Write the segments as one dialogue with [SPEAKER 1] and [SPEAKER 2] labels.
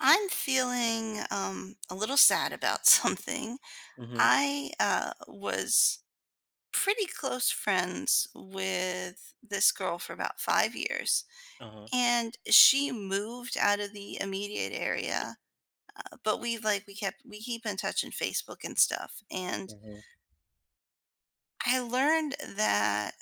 [SPEAKER 1] I'm feeling a little sad about something.
[SPEAKER 2] Mhm.
[SPEAKER 1] I was pretty close friends with this girl for about 5 years,
[SPEAKER 2] Uh-huh.
[SPEAKER 1] and she moved out of the immediate area. But we like we kept we keep in touch in Facebook and stuff. And
[SPEAKER 2] Mhm.
[SPEAKER 1] I learned that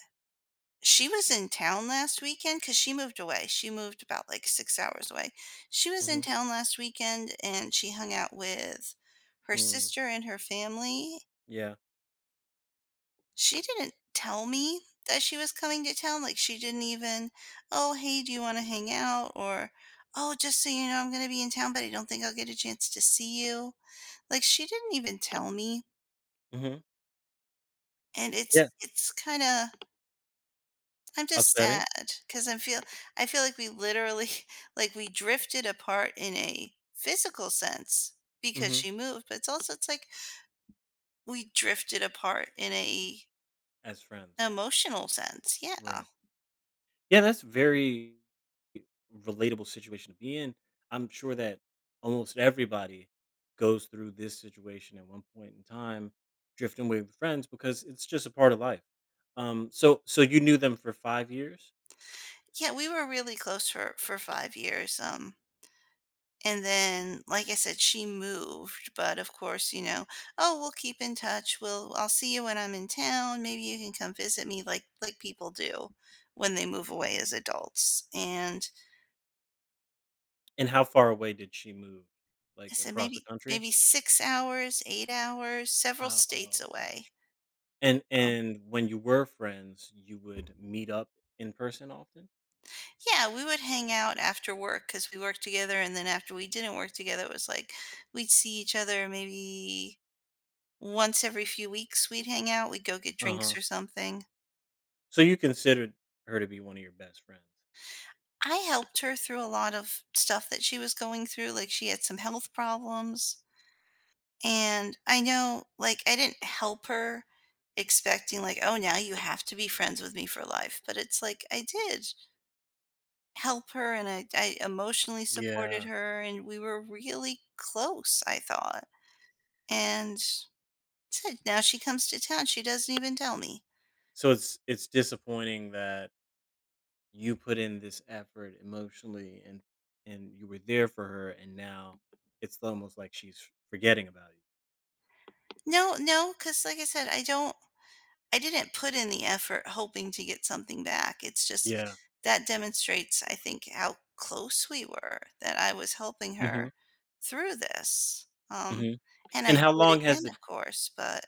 [SPEAKER 1] she was in town last weekend because she moved away. She moved about, like, 6 hours away. She was in
[SPEAKER 2] Mhm.
[SPEAKER 1] town last weekend, and she hung out with her
[SPEAKER 2] Mm.
[SPEAKER 1] sister and her family.
[SPEAKER 2] Yeah.
[SPEAKER 1] She didn't tell me that she was coming to town, like, she didn't even, "Oh, hey, do you wanna hang out?" or, "Oh, just so you know, I'm gonna be in town, but I don't think I'll get a chance to see you." Like, she didn't even tell me,
[SPEAKER 2] Mhm.
[SPEAKER 1] and
[SPEAKER 2] Yeah.
[SPEAKER 1] it's kinda I'm just
[SPEAKER 2] Upsetting.
[SPEAKER 1] sad because I feel like we literally like we drifted apart in a physical sense because
[SPEAKER 2] Mhm.
[SPEAKER 1] she moved, but it's like we drifted apart in a
[SPEAKER 2] As friends.
[SPEAKER 1] emotional sense. Yeah.
[SPEAKER 2] Right. Yeah, that's very relatable situation to be in. I'm sure that almost everybody goes through this situation at one point in time, drifting away with friends because it's just a part of life. So you knew them for 5 years?
[SPEAKER 1] Yeah, we were really close for 5 years. And then like I said she moved, but of course, you know, oh, we'll keep in touch. We'll I'll see you when I'm in town. Maybe you can come visit me like people do when they move away as adults. And
[SPEAKER 2] And how far away did she move?
[SPEAKER 1] I
[SPEAKER 2] Like
[SPEAKER 1] said,
[SPEAKER 2] across the
[SPEAKER 1] "Maybe
[SPEAKER 2] country?
[SPEAKER 1] maybe 6 hours, 8 hours, several states
[SPEAKER 2] Oh
[SPEAKER 1] away."
[SPEAKER 2] gosh. And
[SPEAKER 1] Um,
[SPEAKER 2] and when you were friends, you would meet up in person often?
[SPEAKER 1] yeah, we would hang out after work because we worked together, and then after we didn't work together, it was like we'd see each other maybe once every few weeks, we'd hang out, we'd go get drinks
[SPEAKER 2] Uh-huh.
[SPEAKER 1] or something.
[SPEAKER 2] So you considered her to be one of your best friends?
[SPEAKER 1] I helped her through a lot of stuff that she was going through, like, she had some health problems, and I know, like, I didn't help her expecting, like, "Oh, now you have to be friends with me for life," but it's like, I did help her, and I emotionally supported
[SPEAKER 2] Yeah.
[SPEAKER 1] her, and we were really close, I thought, and said now she comes to town, she doesn't even tell me.
[SPEAKER 2] So it's disappointing that you put in this effort emotionally and you were there for her, and now it's almost like she's forgetting about you.
[SPEAKER 1] No, no, because like I said, I didn't put in the effort hoping to get something back. It's just
[SPEAKER 2] Yeah.
[SPEAKER 1] that demonstrates, I think, how close we were, that I was helping
[SPEAKER 2] Mhm,
[SPEAKER 1] her through this,
[SPEAKER 2] mhm.
[SPEAKER 1] and
[SPEAKER 2] And
[SPEAKER 1] I do
[SPEAKER 2] how
[SPEAKER 1] it
[SPEAKER 2] long
[SPEAKER 1] again
[SPEAKER 2] has it
[SPEAKER 1] of course, but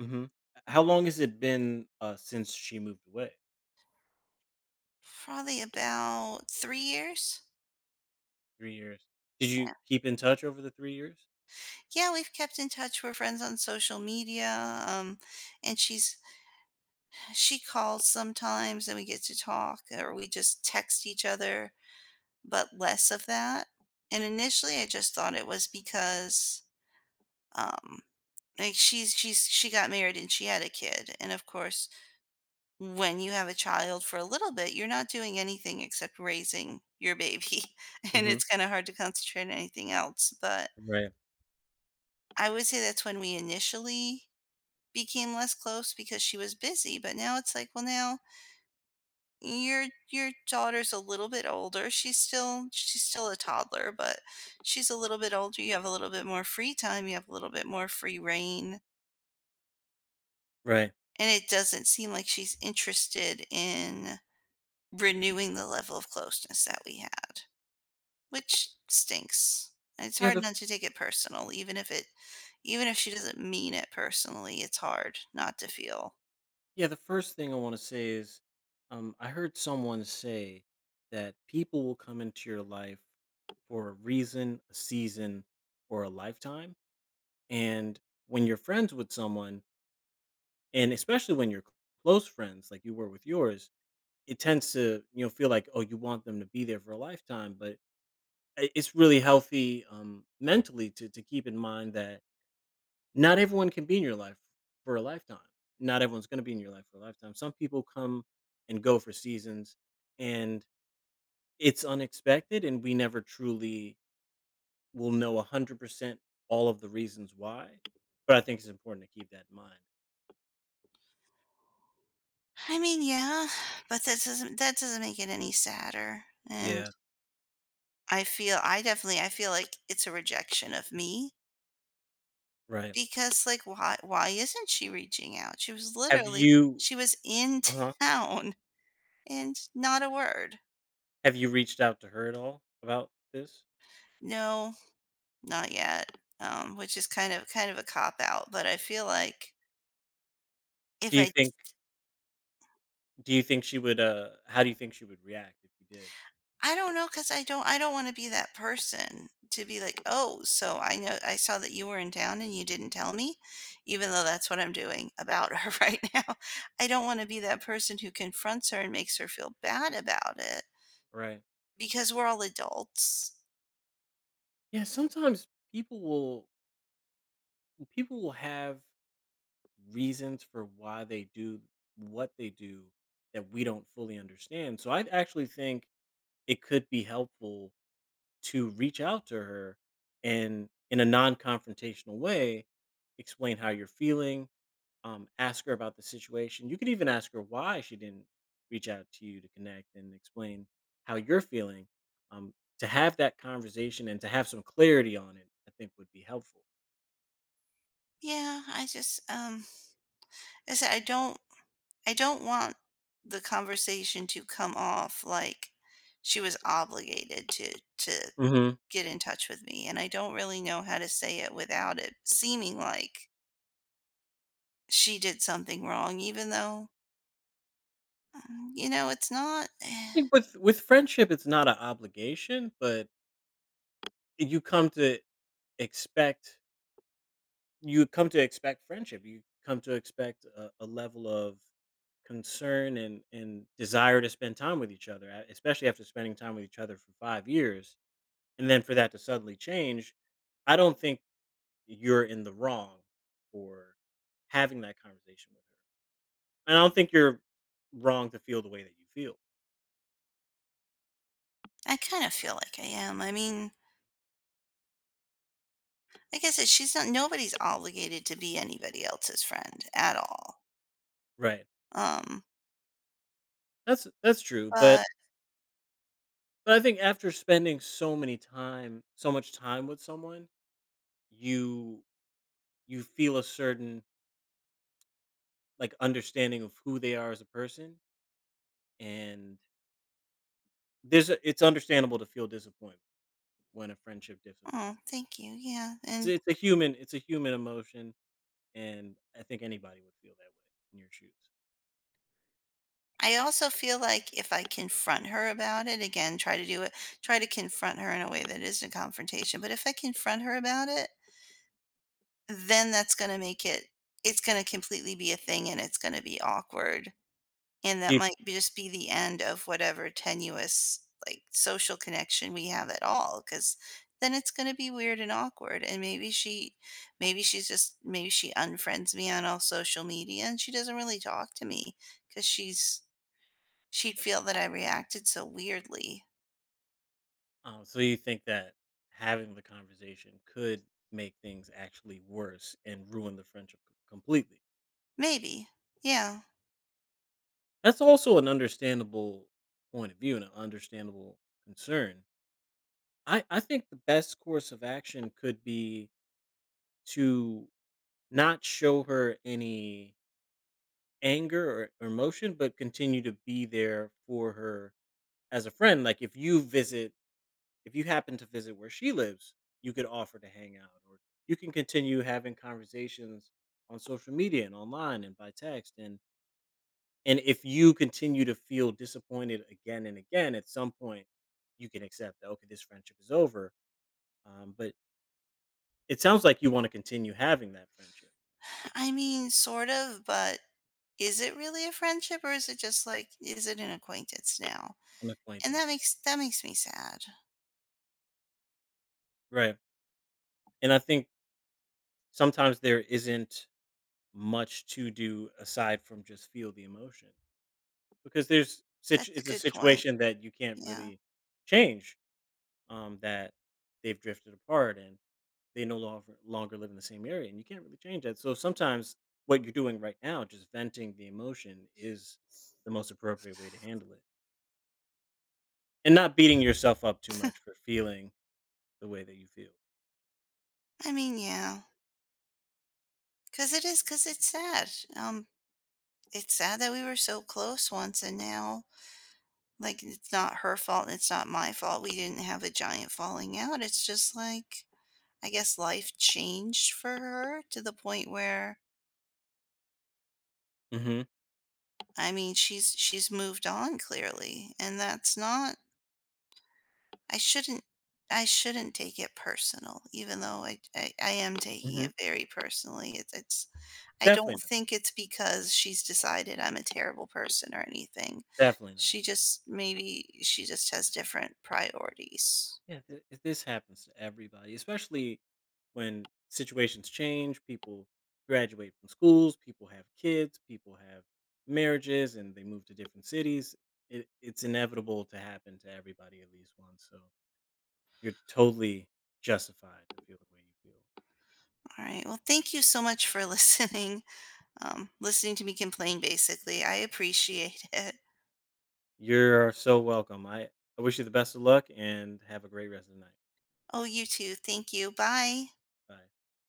[SPEAKER 2] Mhm. How long has it been, since she moved away?
[SPEAKER 1] probably about 3 years.
[SPEAKER 2] 3 years. Did you keep in touch over the 3 years?
[SPEAKER 1] Yeah, we've kept in touch. We're friends on social media, and she calls sometimes, and we get to talk, or we just text each other, but less of that. And initially, I just thought it was because, um, like she got married and she had a kid, and of course, when you have a child for a little bit, you're not doing anything except raising your baby, and
[SPEAKER 2] Mhm.
[SPEAKER 1] it's kind of hard to concentrate on anything else. But
[SPEAKER 2] Right.
[SPEAKER 1] I would say that's when we initially became less close because she was busy, but now it's like, well, now your daughter's a little bit older. She's still a toddler, but she's a little bit older. You have a little bit more free time. You have a little bit more free reign,
[SPEAKER 2] Right.
[SPEAKER 1] and it doesn't seem like she's interested in renewing the level of closeness that we had, which stinks. And it's
[SPEAKER 2] Yeah,
[SPEAKER 1] hard
[SPEAKER 2] the
[SPEAKER 1] not to take it personal, even if it, even if she doesn't mean it personally. It's hard not to feel
[SPEAKER 2] yeah, the first thing I want to say is I heard someone say that people will come into your life for a reason, a season, or a lifetime. And when you're friends with someone, and especially when you're close friends like you were with yours, it tends to, you know, feel like oh, you want them to be there for a lifetime, but it's really healthy mentally to keep in mind that not everyone can be in your life for a lifetime. Not everyone's gonna be in your life for a lifetime. Some people come and go for seasons, and it's unexpected, and we never truly will know 100% all of the reasons why, but I think it's important to keep that in mind.
[SPEAKER 1] I mean, yeah, but that doesn't make it any sadder. And
[SPEAKER 2] Yeah,
[SPEAKER 1] I definitely I feel like it's a rejection of me,
[SPEAKER 2] right.
[SPEAKER 1] because why isn't she reaching out? She was
[SPEAKER 2] Have
[SPEAKER 1] literally
[SPEAKER 2] you
[SPEAKER 1] she was in
[SPEAKER 2] uh-huh.
[SPEAKER 1] town and not a word.
[SPEAKER 2] Have you reached out to her at all about this?
[SPEAKER 1] No, not yet. Which is kind of a cop out, but I feel like if
[SPEAKER 2] Do you
[SPEAKER 1] I
[SPEAKER 2] think do you think she would, how do you think she would react if you did?
[SPEAKER 1] I don't know, cause I don't wanna be that person to be like, "Oh, so I know I saw that you were in town and you didn't tell me," even though that's what I'm doing about her right now. I don't wanna be that person who confronts her and makes her feel bad about it,
[SPEAKER 2] Right.
[SPEAKER 1] because we're all adults.
[SPEAKER 2] Yeah, sometimes people will people will have reasons for why they do what they do that we don't fully understand. So I actually think it could be helpful to reach out to her and in a non-confrontational way explain how you're feeling, ask her about the situation. You could even ask her why she didn't reach out to you to connect and explain how you're feeling. Um, to have that conversation and to have some clarity on it, I think would be helpful.
[SPEAKER 1] Yeah, I just, I said I don't want the conversation to come off like she was obligated to to
[SPEAKER 2] Hmm.
[SPEAKER 1] get in touch with me, and I don't really know how to say it without it seeming like she did something wrong, even though, mm, you know, it's not. Eh,
[SPEAKER 2] I think with friendship, it's not an obligation, but you come to expect friendship, you come to expect a level of concern and desire to spend time with each other, especially after spending time with each other for 5 years and then for that to suddenly change, I don't think you're in the wrong for having that conversation with her. And I don't think you're wrong to feel the way that you feel.
[SPEAKER 1] I kind of feel like I am. I mean, like I said, she's not. Nobody's obligated to be anybody else's friend at all.
[SPEAKER 2] Right.
[SPEAKER 1] Um,
[SPEAKER 2] That's true,
[SPEAKER 1] but
[SPEAKER 2] but I think after spending so much time with someone, you feel a certain, like, understanding of who they are as a person, and there's a it's understandable to feel disappointment when a friendship dips apart.
[SPEAKER 1] oh, thank you. Yeah,
[SPEAKER 2] It's
[SPEAKER 1] and
[SPEAKER 2] a human emotion, and I think anybody would feel that way in your shoes.
[SPEAKER 1] I also feel like if I confront her about it, again, try to do it, try to confront her in a way that isn't a confrontation. But if I confront her about it, then that's gonna make it, it's gonna completely be a thing, and it's gonna be awkward. And
[SPEAKER 2] Do
[SPEAKER 1] that
[SPEAKER 2] you
[SPEAKER 1] might be just be the end of whatever tenuous, like, social connection we have at all. Because then it's gonna be weird and awkward, and maybe she unfriends me on all social media, and she doesn't really talk to me because she's she'd feel that I reacted so weirdly.
[SPEAKER 2] oh, so you think that having the conversation could make things actually worse and ruin the friendship c completely?
[SPEAKER 1] Maybe. Yeah.
[SPEAKER 2] That's also an understandable point of view and an understandable concern. I think the best course of action could be to not show her any anger or emotion, but continue to be there for her as a friend. Like if you visit, if you happen to visit where she lives, you could offer to hang out, or you can continue having conversations on social media and online and by text. And if you continue to feel disappointed again and again, at some point, you can accept that okay, this friendship is over. But it sounds like you want to continue having that friendship,
[SPEAKER 1] I mean, sort of, but is it really a friendship, or is it just like, is it an acquaintance now?
[SPEAKER 2] an
[SPEAKER 1] And
[SPEAKER 2] acquaintance,
[SPEAKER 1] that makes me sad.
[SPEAKER 2] right? And I think sometimes there isn't much to do aside from just feel the emotion, because there's such
[SPEAKER 1] That's a
[SPEAKER 2] it's a
[SPEAKER 1] good point.
[SPEAKER 2] situation that you can't
[SPEAKER 1] Yeah.
[SPEAKER 2] really change, that they've drifted apart and they no longer longer live in the same area, and you can't really change that. So sometimes what you're doing right now, just venting the emotion, is the most appropriate way to handle it, and not beating yourself up too much for feeling the way that you feel.
[SPEAKER 1] I mean, yeah. Cuz it is, cuz it's sad. It's sad that we were so close once, and now like it's not her fault, it's not my fault. We didn't have a giant falling out. It's just like I guess life changed for her to the point where
[SPEAKER 2] Mhm,
[SPEAKER 1] I mean, she's moved on clearly, and that's not I shouldn't I shouldn't take it personal, even though I am taking
[SPEAKER 2] mhm.
[SPEAKER 1] it very personally. It's I
[SPEAKER 2] Definitely
[SPEAKER 1] don't
[SPEAKER 2] not,
[SPEAKER 1] think it's because she's decided I'm a terrible person or anything.
[SPEAKER 2] definitely not.
[SPEAKER 1] She just maybe she just has different priorities.
[SPEAKER 2] Yeah, this happens to everybody, especially when situations change. People graduate from schools, people have kids, people have marriages, and they move to different cities. It, it's inevitable to happen to everybody at least once. So you're totally justified to feel the way you feel.
[SPEAKER 1] All right. Well, thank you so much for listening. Listening to me complain, basically. I appreciate it.
[SPEAKER 2] You're so welcome. I wish you the best of luck and have a great rest of the night.
[SPEAKER 1] Oh, you too. Thank you. Bye.
[SPEAKER 2] Bye.